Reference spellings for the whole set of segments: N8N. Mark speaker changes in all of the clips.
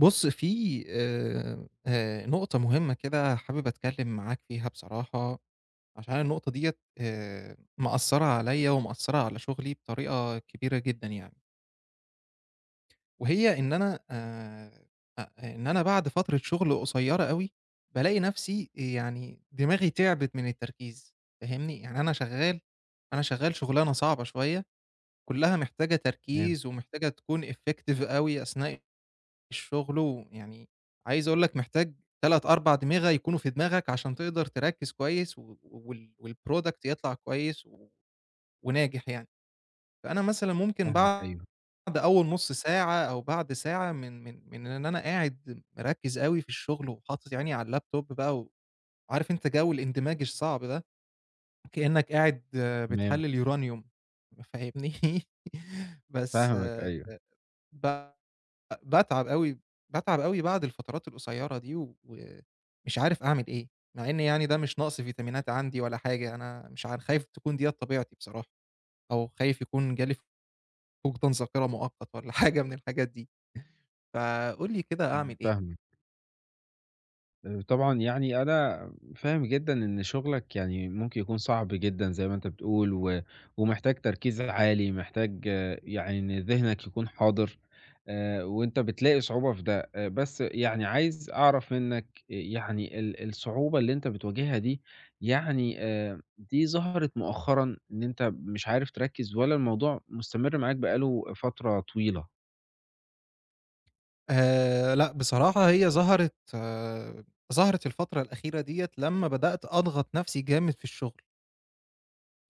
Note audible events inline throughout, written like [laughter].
Speaker 1: بُص في نقطة مهمة كده حابب أتكلم معاك فيها بصراحة، عشان النقطة ديّة مأثّرة عليَّ ومأثّرة على شغلي بطريقة كبيرة جدًا يعني، وهي إن أنا بعد فترة شغل قصيرة أوي، بالاقي نفسي يعني دماغي تعبت من التركيز، فاهمني؟ يعني أنا شغال شغلانة صعبة شوية، كلها محتاجة
Speaker 2: تمام،
Speaker 1: تركيز ومحتاجة تكون effective أوي أثناء الشغل ويعني عايز أقول لك محتاج 3، 4 أدمغة يكونوا في دماغك عشان تقدر تركّز كويس و وال والproduct يطلع كويس وناجح يعني. فأنا مثلًا ممكن
Speaker 2: فاهمك
Speaker 1: بعد
Speaker 2: أيوه،
Speaker 1: أول نُص ساعة أو بعد ساعة من إن أنا قاعد مركّز أوي في الشغل وحاطط عيني على الlaptop بقى، وعارف أنت جو الاندماج الصعب ده، كإنّك قاعد
Speaker 2: تمام،
Speaker 1: بتحلّل يورانيوم، فاهمني؟ [laughs] بس
Speaker 2: فاهمك أيوه،
Speaker 1: ب أ باتعب أوي، باتعب أوي بعد الفترات القصيّرة دي ومش عارف أعمل إيه، مع إن يعني ده مش نقص فيتامينات عندي ولا حاجة، أنا مش عار خايف تكون ديّة طبيعتي بصراحة، أو خايف يكون جالي فقدان ذاكرة مؤقت والّا [laughs] حاجة من الحاجات دي، فقُل لي كده أعمل إيه؟
Speaker 2: فاهمك. طبعًا يعني أنا فاهم جدًا إن شغلك يعني ممكن يكون صعب جدًا زي ما أنت بتقول و ومحتاج تركيز عالي، محتاج يعني إن ذهنك يكون حاضر وأنت بتلاقي صعوبة في ده. بس يعني عايز أعرف منّك يعني ال الصعوبة اللي أنت بتواجهها دي يعني دي ظهرت مؤخرًا إن أنت مش عارف تركّز والّا الموضوع مستمر معاك بقى له فترة طويلة؟
Speaker 1: لأ، بصراحة هي ظهرت الفترة الأخيرة ديّة لمّا بدأت أضغط نَفْسي جامد في الشغل،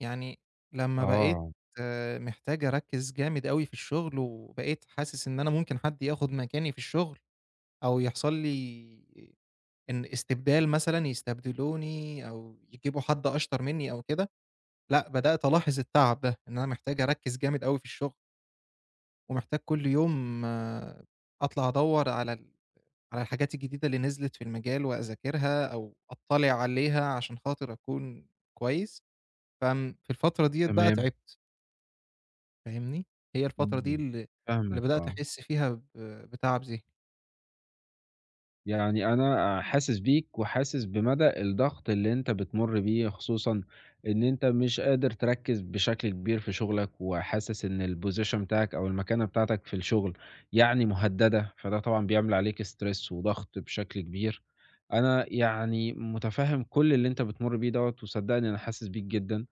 Speaker 1: يعني لمّا بقيت
Speaker 2: آه،
Speaker 1: محتاج أركّز جامد أوي في الشغل، وبقيت حاسس إن أنا ممكن حد ياخد مكاني في الشغل. أو يحصل لي إن استبدال مثلًا يستبدلوني أو يجيبوا حد أشطر منّي أو كده، لأ بدأت ألاحظ التعب ده، إن أنا محتاج أركّز جامد أوي في الشغل، ومحتاج كل يوم أطلع أدوّر على الحاجات الجديدة اللي نزلت في المجال وأذاكرها أو أطّلع عليها عشان خاطر أكون كويس، في الفترة ديّة بقى
Speaker 2: تمام.
Speaker 1: تعبت، فاهمني، هي الفترة دي
Speaker 2: إمم،
Speaker 1: اللي
Speaker 2: فاهمك
Speaker 1: بدأت
Speaker 2: آه،
Speaker 1: أحس فيها بتعب ذهني.
Speaker 2: يعني أنا حاسس بيك وحاسس بمدى الضغط اللي أنت بتمُر بيه، خصوصًا إن أنت مش قادر تركّز بشكل كبير في شغلك، وحاسس إن الposition بتاعك أو المكانة بتاعتك في الشغل يعني مهددة، فده طبعًا بيعمل عليك stress وضغط بشكل كبير. أنا يعني متفهم كل اللي أنت بتمُر بيه دوّة، وصدّقني أنا حاسس بيك جدًا.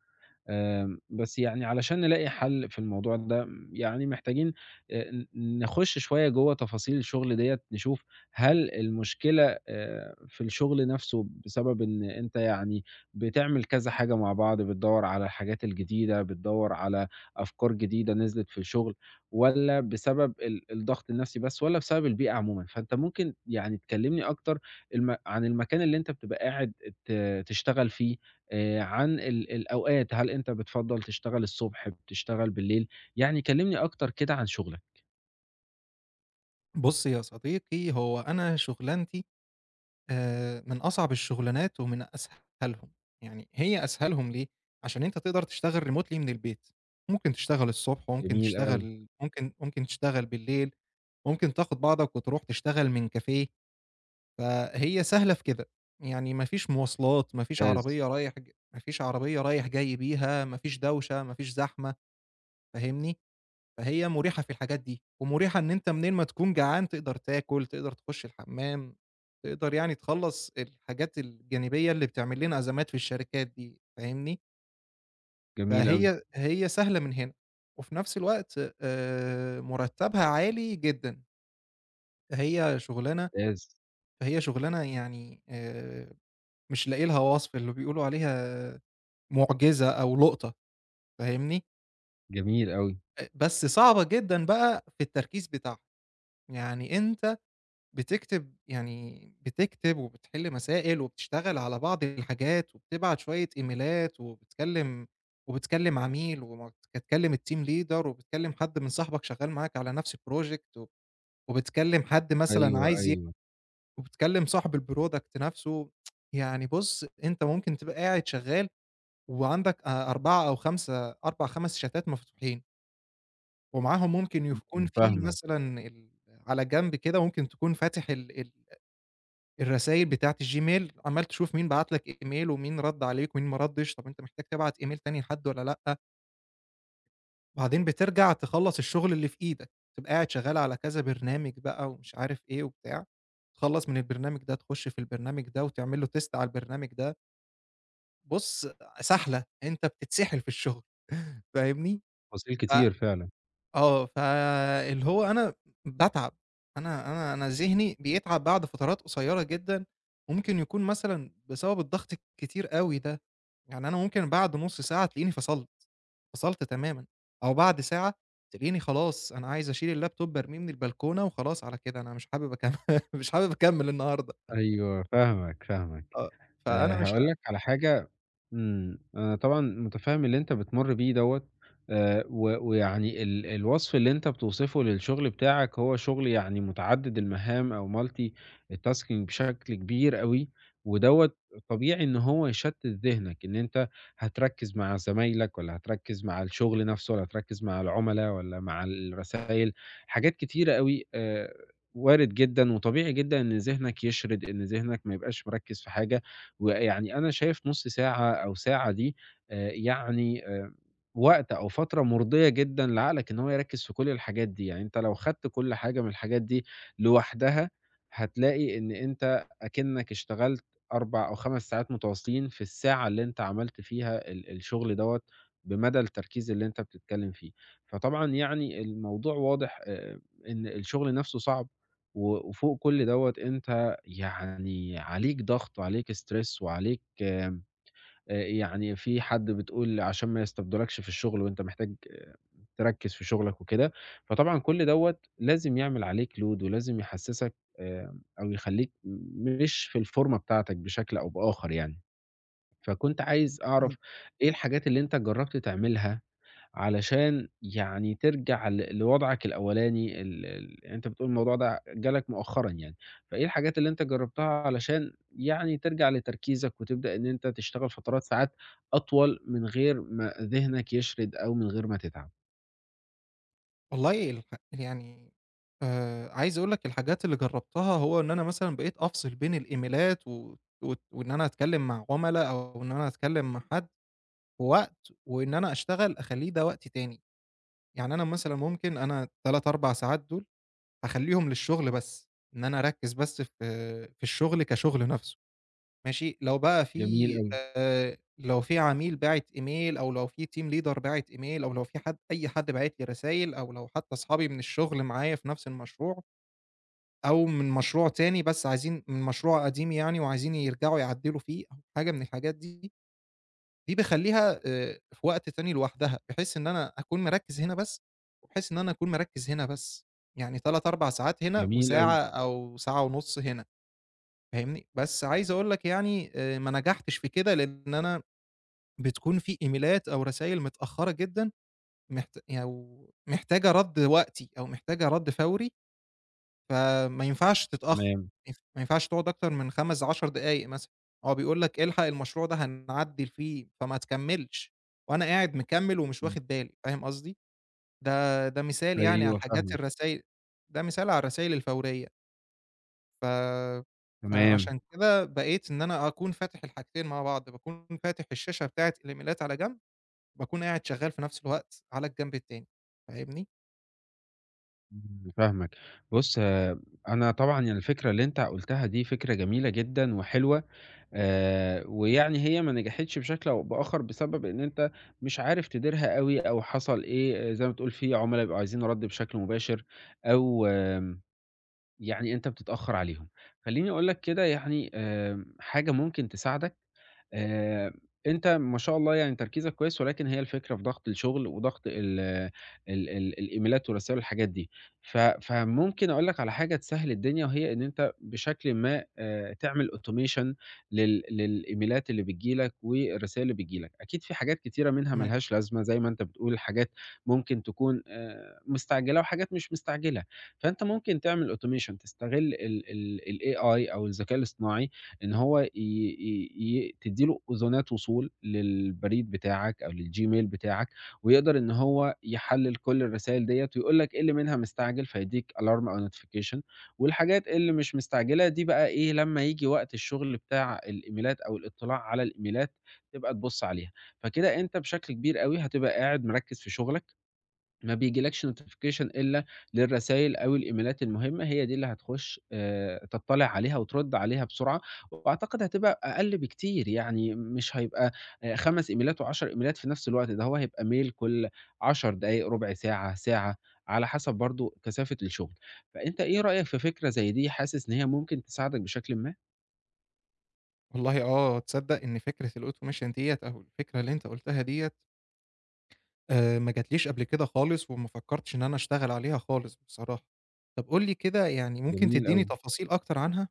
Speaker 2: بس يعني علشان نلاقي حل في الموضوع ده، يعني محتاجين ن نخُش شوية جوّه تفاصيل الشغل ديّة، نشوف هل المشكلة في الشغل نَفْسه بسبب إن أنت يعني بتعمل كذا حاجة مع بعض، بتدوّر على الحاجات الجديدة، بتدوّر على أفكار جديدة نزلت في الشغل والّا بسبب ال الضغط النَفْسي بس والّا بسبب البيئة عمومًا؟ فأنت ممكن يعني تكلّمني أكتر عن المكان اللي أنت بتبقى قاعد ت تشتغل فيه عن ال الأوقات، هل أنت بتفضّل تشتغل الصبح، بتشتغل بالليل؟ يعني كلّمني أكتر كده عن شغلك.
Speaker 1: بُص يا صديقي، هو أنا شُغلانتي من أصعب الشغلانات ومن أسهلهم، يعني هي أسهلهم ليه؟ عشان أنت تقدر تشتغل remotely من البيت، ممكن تشتغل الصبح وممكن
Speaker 2: جميل أوي،
Speaker 1: تشتغل ممكن ممكن تشتغل بالليل، ممكن تاخد بعضك وتروح تشتغل من كافيه، فهي سهلة في كده، يعني ما فيش مواصلات، ما فيش
Speaker 2: ممتاز،
Speaker 1: عربية رايح ج ما فيش عربية رايح جاي بيها، ما فيش دوشة، ما فيش زحمة، فاهمني؟ فهي مُريحة في الحاجات دي، ومُريحة إن أنت منين ما تكون جعان تقدر تاكل، تقدر تخش الحمّام، تقدر يعني تخلّص الحاجات الجانبية اللي بتعمل لنا أزمات في الشركات دي، فاهمني؟
Speaker 2: جميل أوي،
Speaker 1: فهي هي سهلة من هنا، وفي نفس الوقت مُرتّبها عالي جدًا، فهي شُغلانة
Speaker 2: ممتاز،
Speaker 1: فهي شُغلانة يعني مش لاقي لها وصف، اللي بيقولوا عليها مُعجزة أو لُقطة، فاهمني؟
Speaker 2: جميل أوي.
Speaker 1: بس صعبة جدًا بقى في التركيز بتاعها، يعني أنت بتكتب، وبتحل مسائل وبتشتغل على بعض الحاجات وبتبعت شوية إيميلات وبتكلم، وبتكلم عميل وبتكلم التيم ليدر وبتكلم حد من صاحبك شغال معاك على نفس البروجكت، وبتكلم حد مثلا
Speaker 2: أيوه، أيوه،
Speaker 1: وبتكلم صاحب البرودكت نفسه. يعني بص انت ممكن تبقى قاعد شغال وعندك أربع خمس شتات مفتوحين ومعاهم ممكن يكون في
Speaker 2: فاهمك،
Speaker 1: مثلا على جنب كده ممكن تكون فاتح الرسايل بتاعة الGmail، عمّال تشوف مين بعت لك email ومين رَد عليك ومين ما ردِّش، طب أنت محتاج تبعت email تاني لحد والّا لأ، وبعدين بترجع تخلّص الشغل اللي في إيدك، تبقى قاعد شغّال على كذا برنامج بقى ومش عارف إيه وبتاع، تخلّص من البرنامج ده تخُش في البرنامج ده وتعمل له test على البرنامج ده، بُص، سحلة، أنت بتتسحل في الشغل [laughs] فاهمني؟
Speaker 2: تفاصيل
Speaker 1: ف
Speaker 2: كتير فعلًا.
Speaker 1: آه، فاللي هو أنا باتعب، أنا ذهني بيتعب بعد فترات قصيّرة جدًا، ممكن يكون مثلًا بسبب الضغط الكتير أوي ده، يعني أنا ممكن بعد نُص ساعة تلاقيني فصلت، فصلت تمامًا، أو بعد ساعة تلاقيني خلاص أنا عايز أشيل الLaptop بارميه من البلكونة وخلاص على كده، أنا مش حابب أكمّل [laughs] مش حابب أكمّل النهارده،
Speaker 2: أيوه، فاهمك، فاهمك.
Speaker 1: آه. فأنا مش
Speaker 2: هاقول
Speaker 1: ه
Speaker 2: لك على حاجة. أنا طبعًا متفهم اللي أنت بتمُر بيه دوّة، و ويعني ال الوصف اللي أنت بتوصفه للشغل بتاعك هو شغل يعني متعدد المهام أو multitasking بشكل كبير أوي، ودوّة طبيعي إن هو يشتت ذهنك، إن أنت هتركز مع زمايلك والّا هتركز مع الشغل نفسه والّا هتركز مع العملا والّا مع الرسايل، حاجات كتيرة أوي، وارد جدًا وطبيعي جدًا إن ذهنك يشرد، إن ذهنك ما يبقاش مركز في حاجة، ويعني أنا شايف نُص ساعة أو ساعة دي آآ يعني آآ وقت أو فترة مُرضية جدًا لعقلك إن هو يركّز في كل الحاجات دي، يعني أنت لو خدت كل حاجة من الحاجات دي لوحدها، هتلاقي إن أنت أكنّك اشتغلت 4 أو 5 ساعات متواصلين في الساعة اللي أنت عملت فيها ال الشغل دوّة بمدى التركيز اللي أنت بتتكلّم فيه. فطبعًا يعني الموضوع واضح إن الشغل نَفْسه صعب و وفوق كل دوّة أنت يعني عليك ضغط وعليك stress وعليك آمم، يعني في حد بتقول عشان ما يستبدلكش في الشغل وأنت محتاج تركّز في شغلك وكده، فطبعًا كل دوّة لازم يعمل عليك load ولازم يحسّسك أو يخلّيك مش في الفورمة بتاعتك بشكل أو بآخر يعني. فكنت عايز أعرف إيه الحاجات اللي أنت جرّبت تعملها علشان يعني ترجع ل لوضعك الأولاني ال ال يعني أنت بتقول الموضوع ده جالك مؤخرًا يعني، فإيه الحاجات اللي أنت جرّبتها علشان يعني ترجع لتركيزك وتبدأ إن أنت تشتغل فترات ساعات أطول من غير ما ذهنك يشرد أو من غير ما تتعب؟
Speaker 1: والله الح يعني عايز أقول لك الحاجات اللي جرّبتها، هو إن أنا مثلًا بقيت أفصل بين الإيميلات و وت وإن أنا أتكلّم مع عُملا أو إن أنا أتكلّم مع حد في وقت، وإن أنا أشتغل أخلّيه ده وقت تاني. يعني أنا مثلًا ممكن أنا 3، 4 ساعات دول أخلّيهم للشغل بس، إن أنا أركّز بس في في الشغل كشغل نَفْسه. ماشي، لو بقى
Speaker 2: جميل
Speaker 1: في
Speaker 2: أوي،
Speaker 1: لو في عميل باعت إيميل أو لو في team leader باعت إيميل أو لو في حد أي حد باعت لي رسايل أو لو حتى أصحابي من الشغل معايا في نفس المشروع أو من مشروع تاني بس عايزين من مشروع قديم يعني وعايزين يرجعوا يعدّلوا فيه أو حاجة من الحاجات دي، دي باخلّيها في وقت تاني لوحدها، بحيث إن أنا أكون مركّز هنا بس، وبحيث إن أنا أكون مركّز هنا بس، يعني 3، 4 ساعات هنا
Speaker 2: جميل أوي،
Speaker 1: وساعة أو ساعة ونُص هنا. فاهمني؟ بس عايز أقول لك يعني ما نجحتش في كده، لإن أنا بتكون في إيميلات أو رسايل متأخّرة جدًا، محتاجة رَد وقتي أو محتاجة رَد فوري، فما ينفعش تتأخّر،
Speaker 2: تمام،
Speaker 1: ما ينفعش تقعد أكتر من 5، 10 دقايق مثلًا، هو بيقول لك الحق المشروع ده هنعدّل فيه، فما تكمّلش، وأنا قاعد مكمّل ومش
Speaker 2: إمم،
Speaker 1: واخد بالي، فاهم قصدي؟ ده مثال يعني على
Speaker 2: أيوه فاهمك،
Speaker 1: الرسايل، ده مثال على الرسايل الفورية. ف
Speaker 2: تمام،
Speaker 1: فعشان كده بقيت إن أنا أكون فاتح الحاجتين مع بعض، باكون فاتح الشاشة بتاعة الإيميلات على جنب، باكون قاعد شغّال في نفس الوقت على الجنب التاني، فاهمني؟
Speaker 2: إمم، فاهمك. بُص آه، أنا طبعًا يعني الفكرة اللي أنت قُلتها دي فكرة جميلة جدًا وحلوة، ويعني هي ما نجحتش بشكل أو بآخر بسبب إن أنت مش عارف تديرها أوي أو حصل إيه، آه، زي ما بتقول في عُملا بيبقوا عايزين رَد بشكل مباشر أو يعني أنت بتتأخّر عليهم. خلّيني أقول لك كده يعني حاجة ممكن تساعدك آآ، أنت ما شاء الله يعني تركيزك كويس، ولكن هي الفكرة في ضغط الشغل وضغط ال ال ال الإيميلات والرسايل والحاجات دي. ف فممكن أقول لك على حاجة تسهّل الدنيا، وهي إن أنت بشكل ما، تعمل automation للإيميلات اللي بتيجي لك والرسايل اللي بتيجي لك. أكيد في حاجات كتيرة منها ما
Speaker 1: م
Speaker 2: لهاش لازمة زي ما أنت بتقول، حاجات ممكن تكون، مستعجلة وحاجات مش مستعجلة. فأنت ممكن تعمل automation تستغل ال ال الAI أو الذكاء الاصطناعي إن هو ي ي ي تدّي له أذونات وصول للبريد بتاعك أو للGmail بتاعك، ويقدر إن هو يحلّل كل الرسايل ديّة ويقول لك إيه اللي منها مستعجل فيدّيك alarm أو notification والحاجات اللي مش مستعجلة دي بقى إيه، لمّا ييجي وقت الشغل بتاع الإيميلات أو الاطلاع على الإيميلات تبقى تبُص عليها. فكده أنت بشكل كبير أوي هتبقى قاعد مركّز في شغلك ما بيجيلكش notification إلا للرسايل أو الإيميلات المهمة، هي دي اللي هتخش تطّلع عليها وترُد عليها بسرعة، وأعتقد هتبقى أقل بكتير، يعني مش هيبقى 5 إيميلات و10 إيميلات في نفس الوقت، ده هو هيبقى mail كل 10 دقايق، رُبع ساعة، ساعة، على حسب برضه كثافة الشغل. فأنت إيه رأيك في فكرة زي دي، حاسس إن هي ممكن تساعدك بشكلٍ ما؟
Speaker 1: والله آه، تصدّق إن فكرة الautomation ديّة أو الفكرة اللي أنت قُلتها ديّة ما جاتليش قبل كده خالص وما فكّرتش إن أنا أشتغل عليها خالص بصراحة. طَب قُل لي كده يعني ممكن
Speaker 2: جميل
Speaker 1: تدّيني
Speaker 2: أوي.
Speaker 1: تفاصيل أكتر عنها؟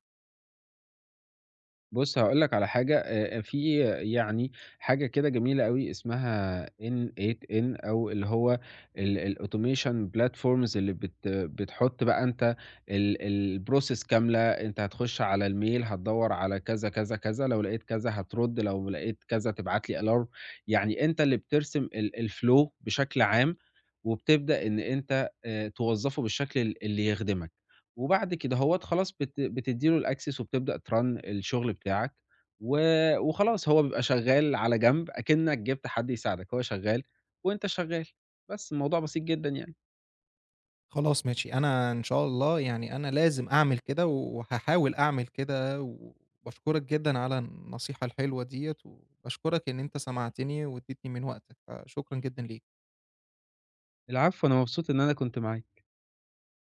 Speaker 2: بُص، هاقول لك على حاجة، في يعني حاجة كده جميلة أوي اسمها N8N أو اللي هو ال الautomation platforms اللي بتحُط بقى أنت ال الprocess كاملة، أنت هتخُش على الميل، هتدوّر على كذا، كذا، كذا، لو لقيت كذا هترُد، لو لقيت كذا تبعت لي alarm، يعني أنت اللي بترسم ال الflow بشكل عام، وبتبدأ إن أنت توظّفه بالشكل اللي يخدمك. وبعد كده هوّة خلاص بتدّي له الaccess وبتبدأ تrun الشغل بتاعك و وخلاص هو بيبقى شغّال على جنب أكنّك جِبت حد يساعدك، هو شغّال وأنت شغّال، بس الموضوع بسيط جدًا يعني.
Speaker 1: خلاص ماشي، أنا إن شاء الله يعني أنا لازم أعمل كده، وهاحاول أعمل كده، وباشكرك جدًا على النصيحة الحلوة ديّة، وباشكرك إن أنت سمعتني واديتني من وقتك، فشكرًا جدًا ليك.
Speaker 2: العفو، أنا مبسوط إن أنا كنت معاك.